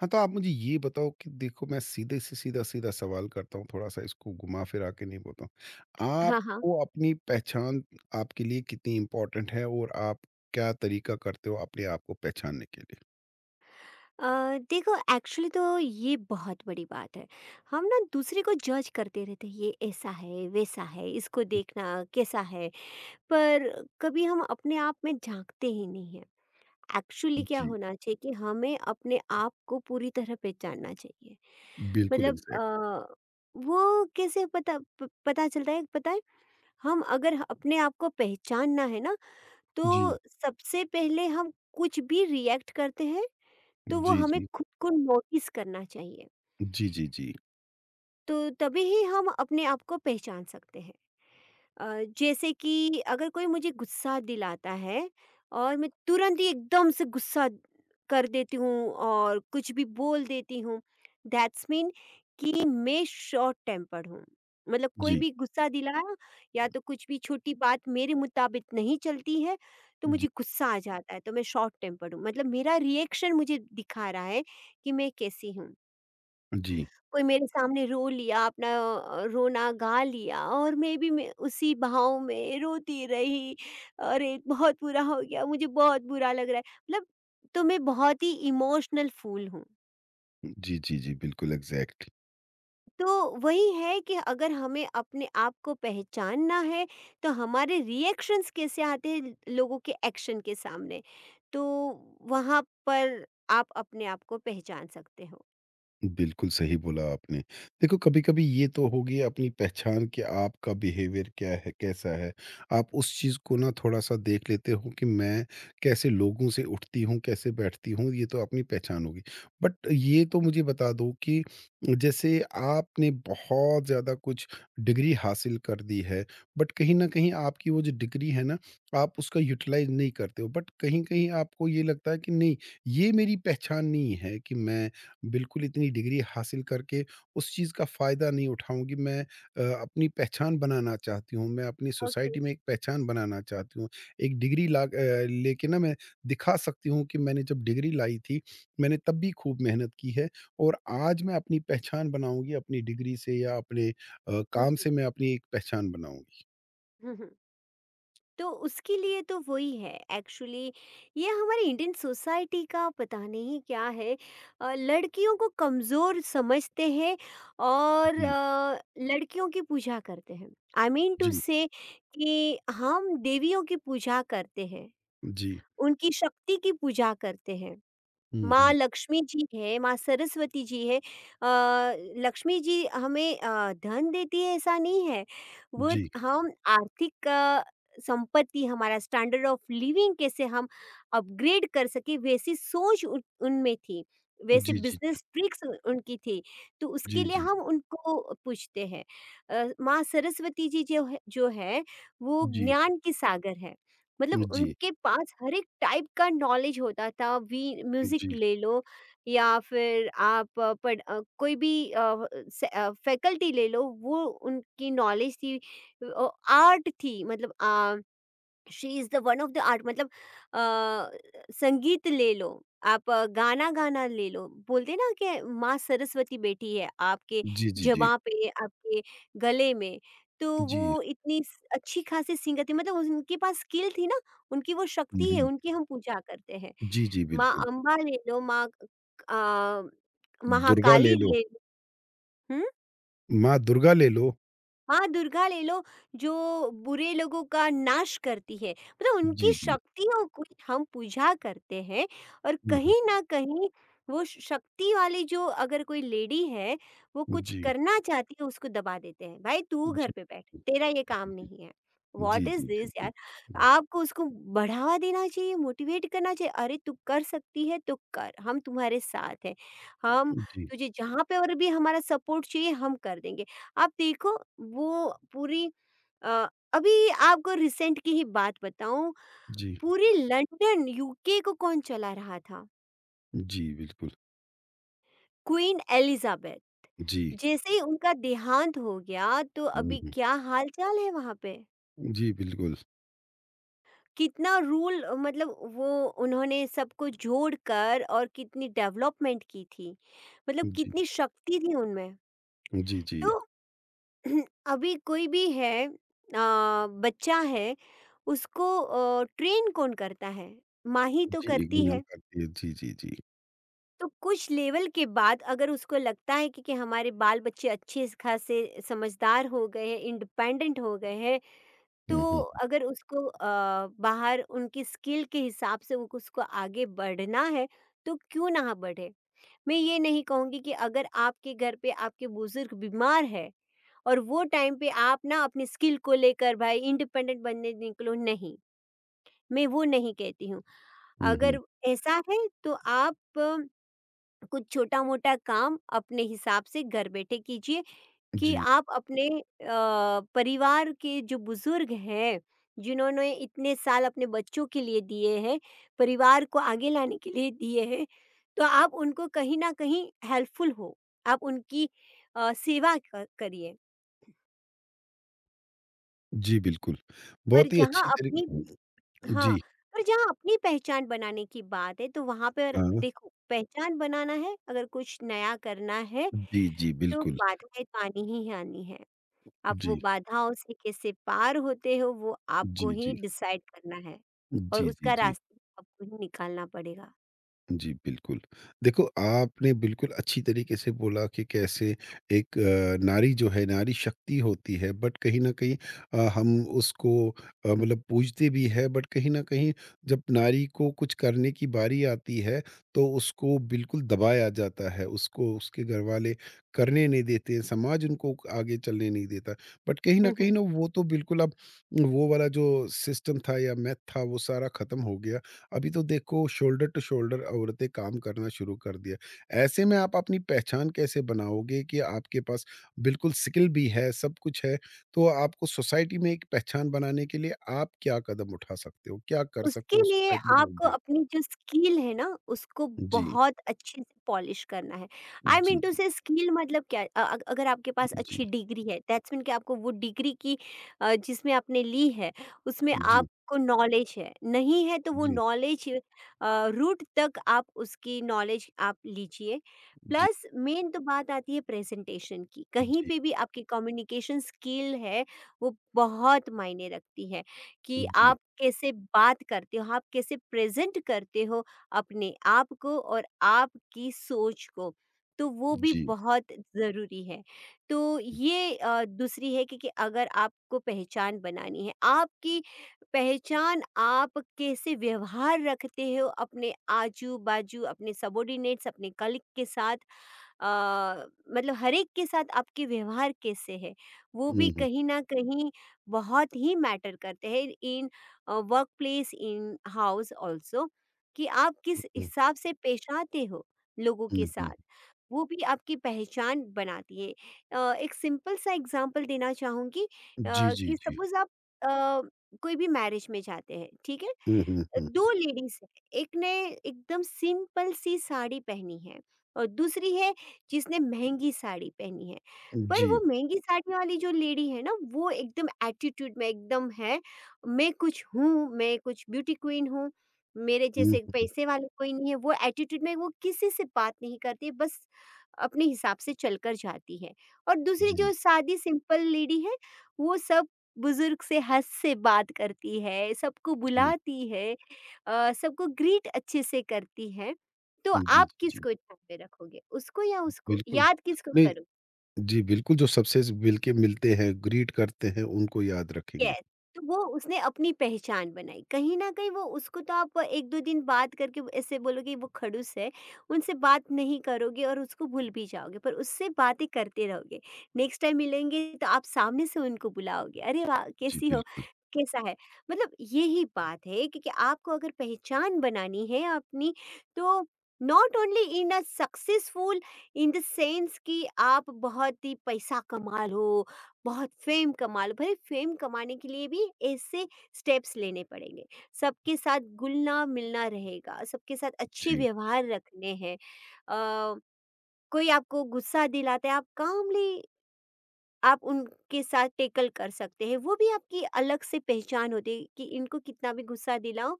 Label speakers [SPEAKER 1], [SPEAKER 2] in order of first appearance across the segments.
[SPEAKER 1] हाँ, तो आप मुझे ये बताओ कि देखो मैं सीधे से सीधा-सीधा सवाल करता हूँ, थोड़ा-सा इसको घुमा-फिरा के नहीं बोलता हूँ।
[SPEAKER 2] हाँ, हाँ।
[SPEAKER 1] आपको अपनी पहचान आपके लिए कितनी इम्पोर्टेंट है और आप क्या तरीका करते हो अपने आप को पहचानने के लिए?
[SPEAKER 2] देखो एक्चुअली तो ये बहुत बड़ी बात है। हम ना दूसरे को जज करते रहते हैं, ये ऐसा है, वैसा है, इसको देखना कैसा है, पर कभी हम अपने आप में झाँकते ही नहीं हैं। एक्चुअली क्या
[SPEAKER 1] जी,
[SPEAKER 2] होना चाहिए कि हमें अपने आप को पूरी तरह पहचानना चाहिए।
[SPEAKER 1] बिल्कुल
[SPEAKER 2] मतलब
[SPEAKER 1] एग्ज़ैक्ट।
[SPEAKER 2] वो कैसे पता प पता चलता है पता है? हम अगर अपने आप को पहचानना है ना, तो
[SPEAKER 1] जी,
[SPEAKER 2] सबसे पहले हम कुछ भी रिएक्ट करते हैं तो वो
[SPEAKER 1] जी,
[SPEAKER 2] हमें
[SPEAKER 1] जी।
[SPEAKER 2] खुद को नोटिस करना चाहिए।
[SPEAKER 1] जी, जी, जी।
[SPEAKER 2] तो तभी ही हम अपने आप को पहचान सकते हैं। जैसे कि अगर कोई मुझे गुस्सा दिलाता है और मैं तुरंत ही एकदम से गुस्सा कर देती हूँ और कुछ भी बोल देती हूँ, दैट्स मीन कि मैं शॉर्ट टेम्पर्ड हूँ। मतलब कोई
[SPEAKER 1] जी,
[SPEAKER 2] भी गुस्सा दिलाया या तो कुछ भी छोटी बात मेरे मुताबिक नहीं चलती है तो
[SPEAKER 1] जी।
[SPEAKER 2] मुझे गुस्सा आ जाता है, तो मैं शॉर्ट टेम्पर्ड हूँ। मतलब मेरा रिएक्शन मुझे दिखा रहा है कि मैं कैसी हूँ।
[SPEAKER 1] जी,
[SPEAKER 2] कोई मेरे सामने रो लिया अपना रोना गा लिया और मैं भी मैं उसी भाव में रोती रही, अरे बहुत बुरा हो गया, मुझे बहुत बुरा लग रहा है। मतलब तो मैं बहुत ही इमोशनल फूल हूँ।
[SPEAKER 1] जी, जी, जी बिल्कुल एग्ज़ैक्ट।
[SPEAKER 2] तो वही है कि अगर हमें अपने आप को पहचानना है, तो हमारे रिएक्शंस कैसे आते हैं लोगों के एक्शन के सामने, तो वहाँ पर आप अपने आप को पहचान सकते हो।
[SPEAKER 1] बिल्कुल सही बोला आपने। देखो कभी-कभी ये तो होगी अपनी पहचान कि आपका बिहेवियर क्या है, कैसा है। आप उस चीज़ को ना थोड़ा-सा देख लेते हो कि मैं कैसे लोगों से उठती हूँ, कैसे बैठती हूँ, ये तो अपनी पहचान होगी। बट ये तो मुझे बता दो कि जैसे आपने बहुत ज़्यादा कुछ डिग्री हासिल कर दी है, बट कहीं न कहीं आपकी वो जो डिग्री है ना, आप उसका यूटिलाइज़ नहीं करते हो। बट कहीं-कहीं आपको ये लगता है कि नहीं, ये मेरी पहचान नहीं है कि मैं बिल्कुल इतनी डिग्री हासिल करके उस चीज़ का फ़ायदा नहीं उठाऊँगी। मैं अपनी पहचान बनाना चाहती हूँ, मैं अपनी
[SPEAKER 2] ओके।
[SPEAKER 1] सोसाइटी में एक पहचान बनाना चाहती हूँ। एक डिग्री लेके ना मैं दिखा सकती हूँ कि मैंने जब डिग्री लाई थी, मैंने तब भी खूब मेहनत की है और आज मैं अपनी पहचान बनाऊँगी अपनी डिग्री से या अपने काम से मैं अपनी एक पहचान बनाऊँगी।
[SPEAKER 2] तो उसके लिए तो वही है एक्चुअली। ये हमारी इंडियन सोसाइटी का पता नहीं क्या है। लड़कियों को कमज़ोर समझते हैं और,
[SPEAKER 1] जी,
[SPEAKER 2] लड़कियों की पूजा करते हैं। आई मीन टू
[SPEAKER 1] जी,
[SPEAKER 2] से कि हम देवियों की पूजा करते हैं,
[SPEAKER 1] जी।
[SPEAKER 2] उनकी शक्ति की पूजा करते हैं।
[SPEAKER 1] हुँ,
[SPEAKER 2] माँ
[SPEAKER 1] हुँ।
[SPEAKER 2] लक्ष्मी जी है, माँ सरस्वती जी है। लक्ष्मी जी हमें धन देती है ऐसा नहीं है, वो
[SPEAKER 1] जी,
[SPEAKER 2] हम आर्थिक संपत्ति, हमारा स्टैंडर्ड ऑफ लिविंग कैसे हम अपग्रेड कर सकें वैसी सोच उन उनमें थी, वैसे
[SPEAKER 1] जी, जी,
[SPEAKER 2] बिज़नेस ट्रिक्स उनकी थी, तो उसके
[SPEAKER 1] जी,
[SPEAKER 2] लिए
[SPEAKER 1] जी,
[SPEAKER 2] हम उनको पूछते हैं। माँ सरस्वती जी जो है, वो
[SPEAKER 1] जी,
[SPEAKER 2] ज्ञान की सागर है। मतलब
[SPEAKER 1] जी, जी,
[SPEAKER 2] उनके पास हर एक टाइप का नॉलेज होता था। वी म्यूजिक
[SPEAKER 1] जी,
[SPEAKER 2] ले लो या फिर आप कोई भी फैकल्टी ले लो, वो उनकी नॉलेज थी, आर्ट थी। मतलब she is the one of the art. मतलब अ, संगीत ले लो, आप गाना गाना ले लो। बोलते हैं ना कि माँ सरस्वती बैठी है आपके
[SPEAKER 1] जी, जी, जी।
[SPEAKER 2] जबा पे, आपके गले में। तो
[SPEAKER 1] जी।
[SPEAKER 2] वो इतनी स अच्छी खासी सिंगर थी, मतलब उनके पास स्किल थी ना, उनकी वो
[SPEAKER 1] हुँ,
[SPEAKER 2] शक्ति है,
[SPEAKER 1] हुँ।
[SPEAKER 2] उनकी हम पूजा करते हैं।
[SPEAKER 1] जी, जी,
[SPEAKER 2] माँ
[SPEAKER 1] बिल्कुल।
[SPEAKER 2] अम्बा ले लो, माँ अ,
[SPEAKER 1] दुर्गा ले
[SPEAKER 2] महाकाली
[SPEAKER 1] लो,
[SPEAKER 2] ले, हुँ?
[SPEAKER 1] माँ दुर्गा ले लो।
[SPEAKER 2] हाँ, दुर्गा ले लो जो बुरे लोगों का नाश करती है। मतलब उनकी
[SPEAKER 1] जी, जी।
[SPEAKER 2] शक्तियों को हम पूजा करते हैं। और
[SPEAKER 1] हुँ, हुँ।
[SPEAKER 2] कहीं न कहीं वो श शक्ति वाली, जो अगर कोई लेडी है, वो कुछ
[SPEAKER 1] जी,
[SPEAKER 2] करना चाहती है, उसको दबा देते हैं। भाई, तू घर
[SPEAKER 1] जी।
[SPEAKER 2] पे बैठ, तेरा ये
[SPEAKER 1] जी,
[SPEAKER 2] काम
[SPEAKER 1] जी।
[SPEAKER 2] नहीं है।
[SPEAKER 1] जी,
[SPEAKER 2] व्हाट इज़
[SPEAKER 1] जी,
[SPEAKER 2] दिस,
[SPEAKER 1] बिल्कुल।
[SPEAKER 2] यार!
[SPEAKER 1] हुँ,
[SPEAKER 2] आपको उसको बढ़ावा देना चाहिए, मोटिवेट करना चाहिए। अरे तू कर सकती है तो कर, हम तुम्हारे साथ हैं। हम,
[SPEAKER 1] जी,
[SPEAKER 2] तुझे जहाँ पे और भी हमारा सपोर्ट चाहिए, हम कर देंगे। आप देखो वो पूरी अ, अभी आपको रिसेंट की ही बात बताऊँ,
[SPEAKER 1] जी,
[SPEAKER 2] पूरी लंदन यूके को कौन चला रहा था?
[SPEAKER 1] जी, बिल्कुल।
[SPEAKER 2] Queen Elizabeth.
[SPEAKER 1] जी।
[SPEAKER 2] जैसे ही उनका देहांत हो गया, तो
[SPEAKER 1] हुँ,
[SPEAKER 2] अभी
[SPEAKER 1] हुँ।
[SPEAKER 2] क्या हाल-चाल है वहाँ पे?
[SPEAKER 1] जी, बिल्कुल।
[SPEAKER 2] कितना रूल मतलब वो, उन्होंने सबको जोड़कर और कितनी डेवलपमेंट की थी। मतलब
[SPEAKER 1] जी,
[SPEAKER 2] कितनी शक्ति थी उनमें।
[SPEAKER 1] जी, जी।
[SPEAKER 2] तो अभी कोई भी है बच्चा है, उसको ट्रेन कौन करता है? माँ ही तो
[SPEAKER 1] जी,
[SPEAKER 2] करती
[SPEAKER 1] इग्नोर
[SPEAKER 2] है।
[SPEAKER 1] करती है। जी, जी, जी।
[SPEAKER 2] तो कुछ लेवल के बाद अगर उसको लगता है कि, हमारे बाल बच्चे अच्छे स खासे समझदार हो गए हैं, इंडिपेंडेंट हो गए हैं,
[SPEAKER 1] हुँ,
[SPEAKER 2] तो
[SPEAKER 1] हुँ।
[SPEAKER 2] अगर उसको बाहर उनकी स्किल के हिसाब से उनको उसको आगे बढ़ना है, तो क्यों ना बढ़े? मैं ये नहीं कहूँगी कि अगर आपके घर पे आपके बुज़ुर्ग बीमार है और वो टाइम पे आप ना अपनी स्किल को लेकर भाई इंडिपेंडेंट बनने निकलो, नहीं, मैं वो नहीं कहती हूँ।
[SPEAKER 1] हुँ, हुँ।
[SPEAKER 2] अगर ऐसा है तो आप कुछ छोटा-मोटा काम अपने हिसाब से घर बैठे कीजिए कि
[SPEAKER 1] जी,
[SPEAKER 2] आप अपने परिवार के जो बुज़ुर्ग हैं, जिन्होंने इतने साल अपने बच्चों के लिए दिए हैं, परिवार को आगे लाने के लिए दिए हैं, तो आप उनको कहीं न कहीं हेल्पफुल हो। आप उनकी सेवा क करिए।
[SPEAKER 1] जी, बिल्कुल।
[SPEAKER 2] पर
[SPEAKER 1] बहुत ही
[SPEAKER 2] जहाँ
[SPEAKER 1] अच्छी
[SPEAKER 2] अपनी
[SPEAKER 1] तरीके
[SPEAKER 2] हाँ,
[SPEAKER 1] जी,
[SPEAKER 2] पर जहाँ अपनी पहचान बनाने की बात है तो वहाँ पर
[SPEAKER 1] हाँ।
[SPEAKER 2] देखो, पहचान बनाना है, अगर कुछ नया करना है
[SPEAKER 1] जी, जी,
[SPEAKER 2] तो
[SPEAKER 1] बिल्कुल।
[SPEAKER 2] बाधाएँ तो आनी ही आनी है। आप वो
[SPEAKER 1] जी,
[SPEAKER 2] बाधाओं से कैसे पार होते हो वो आपको
[SPEAKER 1] जी,
[SPEAKER 2] ही
[SPEAKER 1] जी।
[SPEAKER 2] डिसाइड करना है और
[SPEAKER 1] जी, जी,
[SPEAKER 2] उसका
[SPEAKER 1] जी।
[SPEAKER 2] रास्ता आपको ही निकालना पड़ेगा।
[SPEAKER 1] जी, बिल्कुल। देखो, आपने बिल्कुल अच्छी तरीके से बोला कि कैसे एक नारी जो है, नारी शक्ति होती है बट कहीं न कहीं हम उसको मतलब पूजते भी हैं बट कहीं न कहीं जब नारी को कुछ करने की बारी आती है, तो उसको बिल्कुल दबाया जाता है। उसको उसके घरवाले करने नहीं देते हैं, समाज उनको आगे चलने नहीं देता। बट कहीं न कहीं ना वो तो बिल्कुल अब वो वाला जो सिस्टम था या मेथ था, वो सारा खत्म हो गया। अभी तो देखो शोल्डर टू शोल्डर औरतें काम करना शुरू कर दिया। ऐसे में आप अपनी पहचान कैसे बनाओगे कि आपके पास बिल्कुल स्किल भी है, सब कुछ है, तो आपको सोसाइटी में एक पहचान बनाने के लिए आप क्या कदम उठा सकते हो? क्या कर
[SPEAKER 2] उसके
[SPEAKER 1] सकते हो
[SPEAKER 2] लिए
[SPEAKER 1] सोसाइटी में?
[SPEAKER 2] आपको अपनी जो स्किल है ना उसको
[SPEAKER 1] जी,
[SPEAKER 2] बहुत अच्छे से पॉलिश करना है। आई
[SPEAKER 1] जी,
[SPEAKER 2] मीन टू
[SPEAKER 1] जी,
[SPEAKER 2] से स्किल मतलब क्या है? अगर आपके पास
[SPEAKER 1] जी, जी,
[SPEAKER 2] अच्छी डिग्री है, दैट्स मीन कि आपको वो डिग्री की जिसमें आपने ली है उसमें
[SPEAKER 1] जी,
[SPEAKER 2] आपको नॉलेज है। नहीं है तो वो
[SPEAKER 1] जी,
[SPEAKER 2] नॉलेज रूट तक आप उसकी नॉलेज आप लीजिए। प्लस मेन तो बात आती है प्रेज़ेंटेशन की। कहीं
[SPEAKER 1] जी,
[SPEAKER 2] पे भी आपकी कम्युनिकेशन स्किल है वो बहुत मायने रखती है। कि
[SPEAKER 1] जी,
[SPEAKER 2] आप कैसे बात करते हो, आप कैसे प्रेज़ेंट करते हो अपने आप को और आपकी सोच को। तो वो भी
[SPEAKER 1] जी,
[SPEAKER 2] बहुत ज़रूरी है। तो
[SPEAKER 1] जी।
[SPEAKER 2] ये दूसरी है कि अगर आपको पहचान बनानी है, आपकी पहचान आप कैसे व्यवहार रखते हो अपने आजू-बाजू, अपने सबॉर्डिनेट्स, अपने कलीग के साथ अ, मतलब हर एक के साथ आपके व्यवहार कैसे है? वो भी
[SPEAKER 1] हुँ, हुँ,
[SPEAKER 2] कहीं न कहीं बहुत ही मैटर करते हैं in workplace in house also, कि आप किस
[SPEAKER 1] हुँ,
[SPEAKER 2] हिसाब से पेश आते हो लोगों
[SPEAKER 1] हुँ,
[SPEAKER 2] के
[SPEAKER 1] हुँ।
[SPEAKER 2] साथ, वो भी आपकी पहचान बनाती है। एक सिंपल सा एग्जांपल देना चाहूँगी
[SPEAKER 1] जी, जी,
[SPEAKER 2] कि
[SPEAKER 1] जी।
[SPEAKER 2] सपोज आप अ, कोई भी मैरिज में जाते हैं, ठीक है।
[SPEAKER 1] हुँ, हुँ, हुँ।
[SPEAKER 2] दो लेडीज है, एक ने एकदम सिंपल सी साड़ी पहनी है और दूसरी है जिसने महंगी साड़ी पहनी है। पर वो
[SPEAKER 1] जी।
[SPEAKER 2] महंगी साड़ी वाली जो लेडी है ना, वो एकदम एटीट्यूड में एकदम है, मैं कुछ हूँ, मैं कुछ ब्यूटी क्वीन हूँ, मेरे
[SPEAKER 1] हुँ,
[SPEAKER 2] जैसे
[SPEAKER 1] हुँ।
[SPEAKER 2] पैसे वाले कोई नहीं है। वो एटीट्यूड में वो किसी से बात नहीं करती, बस अपने हिसाब से चलकर जाती है। और दूसरी
[SPEAKER 1] जी,
[SPEAKER 2] जो सादी सिंपल लेडी है, वो सब बुजुर्ग से हंस से बात करती है, सबको
[SPEAKER 1] जी,
[SPEAKER 2] बुलाती है, सबको ग्रीट अच्छे से करती है। तो
[SPEAKER 1] जी, जी,
[SPEAKER 2] आप
[SPEAKER 1] जी।
[SPEAKER 2] किसको यहाँ पे रखोगे? उसको या उसको?
[SPEAKER 1] बिल्कुल,
[SPEAKER 2] याद किसको
[SPEAKER 1] नहीं
[SPEAKER 2] करो?
[SPEAKER 1] जी, बिल्कुल, जो सबसे ज़ मिलके मिलते हैं, ग्रीट करते हैं, उनको याद रखेंगे।
[SPEAKER 2] यस। तो वो उसने अपनी पहचान बनाई कहीं ना कहीं। वो उसको तो आप एक दो दिन बात करके ऐसे बोलोगे वो खड़ूस है, उनसे बात नहीं करोगे और उसको भूल भी जाओगे। पर उससे बातें करते रहोगे, नेक्स्ट टाइम मिलेंगे तो आप सामने से उनको बुलाओगे, अरे वाह
[SPEAKER 1] जी,
[SPEAKER 2] कैसी हो,
[SPEAKER 1] बिल्कुल।
[SPEAKER 2] कैसा है। मतलब यही बात है, क्योंकि आपको अगर पहचान बनानी है अपनी, तो not only in a successful in the sense कि आप बहुत ही पैसा कमा लो, बहुत फेम कमा लो। भले फेम कमाने के लिए भी ऐसे स्टेप्स लेने पड़ेंगे, सबके साथ घुलना मिलना रहेगा, सबके साथ अच्छे
[SPEAKER 1] जी,
[SPEAKER 2] व्यवहार रखने हैं। अ, कोई आपको गुस्सा दिलाता है, आप कामली आप उनके साथ टेकल कर सकते हैं, वो भी आपकी अलग से पहचान होती है कि इनको कितना भी गुस्सा दिलाओ,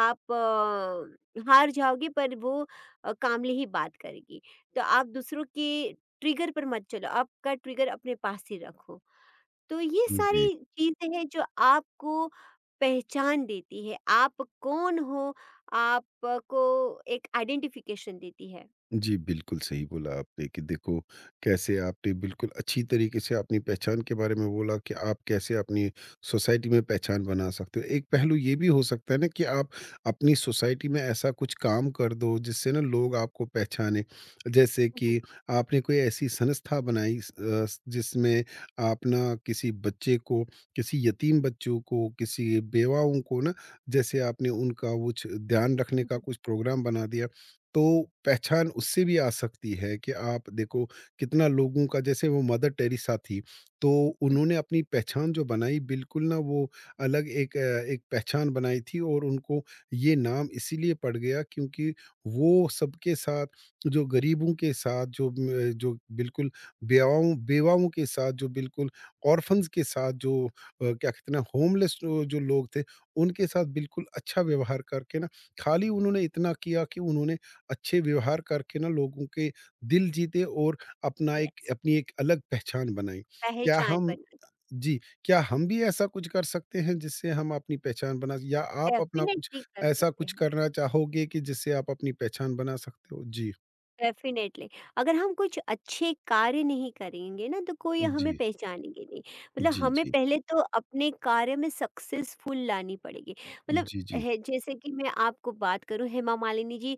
[SPEAKER 2] आप हार जाओगे पर वो कामली ही बात करेगी। तो आप दूसरों के ट्रिगर पर मत चलो, आपका ट्रिगर अपने पास ही रखो। तो ये
[SPEAKER 1] जी।
[SPEAKER 2] सारी चीज़ें हैं जो आपको पहचान देती है, आप कौन हो, आपको एक आइडेंटिफ़िकेशन देती है।
[SPEAKER 1] जी, बिल्कुल सही बोला आपने कि देखो, कैसे आपने बिल्कुल अच्छी तरीके से अपनी पहचान के बारे में बोला कि आप कैसे अपनी सोसाइटी में पहचान बना सकते हो। एक पहलू ये भी हो सकता है ना कि आप अपनी सोसाइटी में ऐसा कुछ काम कर दो, जिससे ना लोग आपको पहचानें। जैसे
[SPEAKER 2] हुँ,
[SPEAKER 1] कि आपने कोई ऐसी संस्था बनाई जिसमें आप ना किसी बच्चे को, किसी यतीम बच्चों को, किसी बेवाओं को ना, जैसे आपने उनका कुछ ध्यान रखने
[SPEAKER 2] हुँ, हुँ,
[SPEAKER 1] का
[SPEAKER 2] हुँ,
[SPEAKER 1] कुछ प्रोग्राम बना दिया। तो पहचान उससे भी आ सकती है कि आप देखो कितना लोगों का जैसे वो मदर टेरेसा थी, तो
[SPEAKER 2] हुँ।
[SPEAKER 1] उन्होंने अपनी पहचान जो बनाई बिल्कुल ना वो अलग एक पहचान बनाई थी और उनको ये नाम इसीलिए पड़ गया क्योंकि वो सबके साथ, जो गरीबों के साथ, जो बिल्कुल बेवाओं बेवाओं के साथ, जो बिल्कुल ऑर्फन्स के साथ क्या कहते हैं ना होमलेस जो जो लोग थे, उनके साथ बिल्कुल अच्छा व्यवहार करके ना, खाली उन्होंने इतना किया कि उन्होंने अच्छे व्यवहार करके ना लोगों के दिल जीते और अपना एक
[SPEAKER 2] यस,
[SPEAKER 1] अपनी एक अलग पहचान बनाएँ। क्या
[SPEAKER 2] पहचान
[SPEAKER 1] हम
[SPEAKER 2] बनानी,
[SPEAKER 1] जी, क्या हम भी ऐसा कुछ कर सकते हैं जिससे हम अपनी पहचान बना या आप अपना कुछ
[SPEAKER 2] डेफ़िनेटली कर
[SPEAKER 1] ऐसा
[SPEAKER 2] सकते
[SPEAKER 1] कुछ
[SPEAKER 2] हैं।
[SPEAKER 1] करना चाहोगे कि जिससे आप अपनी पहचान बना सकते हो? जी,
[SPEAKER 2] डेफिनेटली अगर हम कुछ अच्छे कार्य नहीं करेंगे ना, तो कोई हमें
[SPEAKER 1] जी,
[SPEAKER 2] पहचानेंगे नहीं। मतलब
[SPEAKER 1] जी,
[SPEAKER 2] हमें
[SPEAKER 1] जी,
[SPEAKER 2] पहले तो अपने कार्य में सक्सेसफुल लानी पड़ेगी। मतलब
[SPEAKER 1] जी, जी,
[SPEAKER 2] है, जैसे कि मैं आपको बात करूं, Hema Malini ji,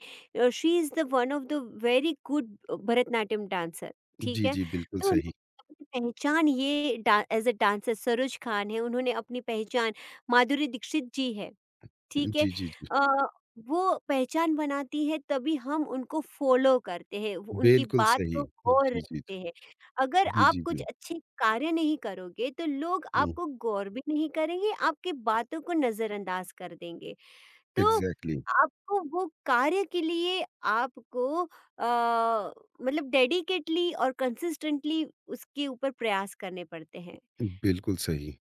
[SPEAKER 2] she is the one of the very good Bharatanatyam dancer, ठीक
[SPEAKER 1] जी,
[SPEAKER 2] है।
[SPEAKER 1] जी, बिल्कुल
[SPEAKER 2] तो
[SPEAKER 1] सही।
[SPEAKER 2] उन्होंने अपनी पहचान ये as a dancer, Saroj Khan है उन्होंने अपनी पहचान, माधुरी दीक्षित जी है, ठीक है।
[SPEAKER 1] जी, जी, जी,
[SPEAKER 2] अ, वो पहचान बनाती है, तभी हम उनको फॉलो करते हैं, उनकी
[SPEAKER 1] बिल्कुल
[SPEAKER 2] बात
[SPEAKER 1] सही।
[SPEAKER 2] को गौर
[SPEAKER 1] जी, जी, जी,
[SPEAKER 2] रखते हैं। अगर
[SPEAKER 1] जी,
[SPEAKER 2] आप
[SPEAKER 1] जी,
[SPEAKER 2] कुछ
[SPEAKER 1] जी।
[SPEAKER 2] अच्छे कार्य नहीं करोगे तो लोग
[SPEAKER 1] हुँ,
[SPEAKER 2] आपको गौर भी नहीं करेंगे, आपकी बातों को नज़रअंदाज कर देंगे। तो
[SPEAKER 1] एग्ज़ैक्टली,
[SPEAKER 2] आपको वो कार्य के लिए आपको मतलब डेडिकेटली और कंसिस्टेंटली उसके ऊपर प्रयास करने पड़ते हैं।
[SPEAKER 1] बिल्कुल सही।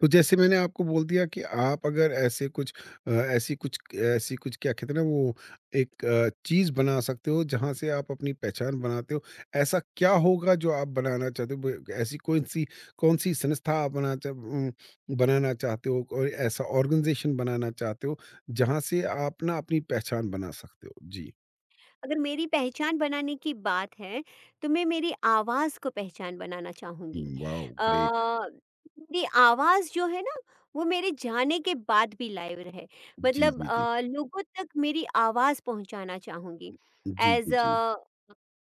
[SPEAKER 1] तो जैसे मैंने आपको बोल दिया कि आप अगर ऐसे कुछ ऐसी कुछ ऐसी कुछ क्या कहते हैं ना वो चीज़ बना सकते हो जहाँ से आप अपनी पहचान बनाते हो। ऐसा क्या होगा जो आप बनाना चाहते हो? ब ऐसी कौन-सी कौन-सी संस्था आप बनाना चाहते हो? कोई ऐसा ऑर्गनाइज़ेशन बनाना चाहते हो जहाँ से आप ना अपनी पहचान बना सकते हो? जी।
[SPEAKER 2] अगर मेरी पहचान बनाने की बात है, तो मैं मेरी आवाज़ को पहचान बनाना
[SPEAKER 1] हुँ,
[SPEAKER 2] चाहूँगी।
[SPEAKER 1] वॉव! ग्रेट।
[SPEAKER 2] अ, मेरी आवाज़ जो है ना, वो मेरे जाने के बाद भी लाइव रहे।
[SPEAKER 1] जी,
[SPEAKER 2] मतलब
[SPEAKER 1] जी, जी।
[SPEAKER 2] लोगों तक मेरी आवाज़ पहुँचाना चाहूँगी।
[SPEAKER 1] जी, जी,
[SPEAKER 2] ऐज़
[SPEAKER 1] जी।
[SPEAKER 2] अ,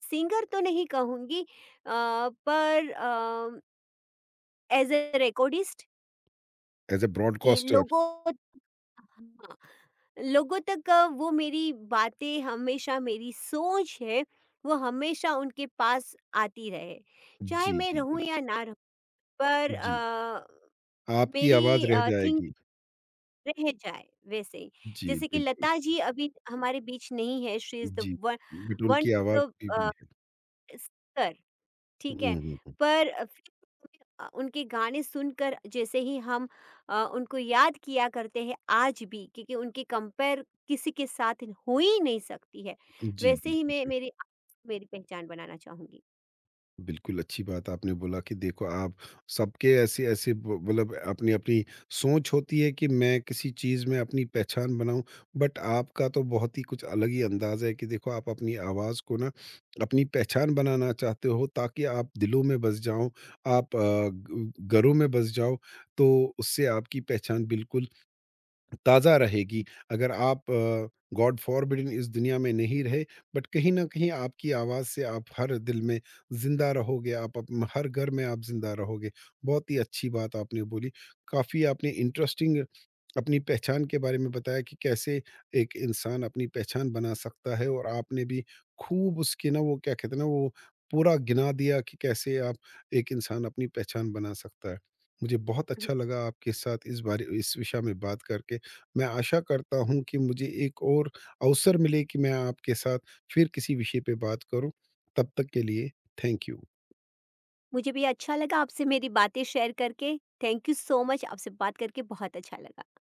[SPEAKER 2] सिंगर तो नहीं कहूँगी, पर as a recordist
[SPEAKER 1] as a
[SPEAKER 2] कि
[SPEAKER 1] ब्रॉडकास्टर।
[SPEAKER 2] लोगों, हाँ। लोगों तक वो मेरी बातें हमेशा, मेरी सोच है वो हमेशा उनके पास आती रहे, चाहे
[SPEAKER 1] जी,
[SPEAKER 2] मैं
[SPEAKER 1] जी,
[SPEAKER 2] रहूं
[SPEAKER 1] बिल
[SPEAKER 2] या ना रहूं। पर
[SPEAKER 1] जी। आपकी आवाज़
[SPEAKER 2] मेरी
[SPEAKER 1] रह
[SPEAKER 2] थिंक
[SPEAKER 1] जाएगी।
[SPEAKER 2] रह जाए वैसे ही,
[SPEAKER 1] जी,
[SPEAKER 2] जैसे कि
[SPEAKER 1] बिल्कुल।
[SPEAKER 2] लता जी अभी हमारे बीच नहीं है, शी इज द
[SPEAKER 1] जी,
[SPEAKER 2] वन
[SPEAKER 1] बट
[SPEAKER 2] वन
[SPEAKER 1] उनकी आवाज़ अभी भी है। हुँ,
[SPEAKER 2] ठीक है।
[SPEAKER 1] हुँ, हुँ।
[SPEAKER 2] पर फिर उनके गाने सुनकर जैसे ही हम उनको याद किया करते हैं आज भी, क्योंकि उनकी कंपेयर किसी के साथ हो ही नहीं सकती है।
[SPEAKER 1] जी,
[SPEAKER 2] वैसे ही
[SPEAKER 1] बिल्कुल
[SPEAKER 2] मैं
[SPEAKER 1] सही।
[SPEAKER 2] मेरी मेरी पहचान बनाना चाहूँगी।
[SPEAKER 1] बिल्कुल अच्छी बात आपने बोला कि देखो आप सबके ऐसे-ऐसे ब मतलब अपनी-अपनी सोच होती है कि मैं किसी चीज़ में अपनी पहचान बनाऊँ, बट आपका तो बहुत ही कुछ अलग ही अंदाज़ है कि देखो आप अपनी आवाज़ को ना अपनी पहचान बनाना चाहते हो ताकि आप दिलों में बस जाओ, आप अ, ग घरों में बस जाओ, तो उससे आपकी पहचान बिल्कुल ताज़ा रहेगी। अगर आप गॉड फ़ॉरबिडेन इस दुनिया में नहीं रहे, बट कहीं न कहीं आपकी आवाज़ से आप हर दिल में ज़िंदा रहोगे, आप अप हर घर में आप ज़िंदा रहोगे। बहुत ही अच्छी बात आपने बोली। काफ़ी आपने इंटरेस्टिंग अपनी पहचान के बारे में बताया कि कैसे एक इंसान अपनी पहचान बना सकता है और आपने भी खूब उसके ना वो क्या कहते हैं ना, वो पूरा गिना दिया कि कैसे आप एक इंसान अपनी पहचान बना सकता है। मुझे बहुत
[SPEAKER 2] हुँ, हुँ।
[SPEAKER 1] अच्छा लगा आपके साथ इस बारे इस विषय में बात करके। मैं आशा करता हूँ कि मुझे एक और अवसर मिले कि मैं आपके साथ फिर किसी विषय पे बात करूँ। तब तक के लिए थैंक यू।
[SPEAKER 2] मुझे भी अच्छा लगा आपसे मेरी बातें शेयर करके। थैंक यू सो मच, आपसे बात करके बहुत अच्छा लगा।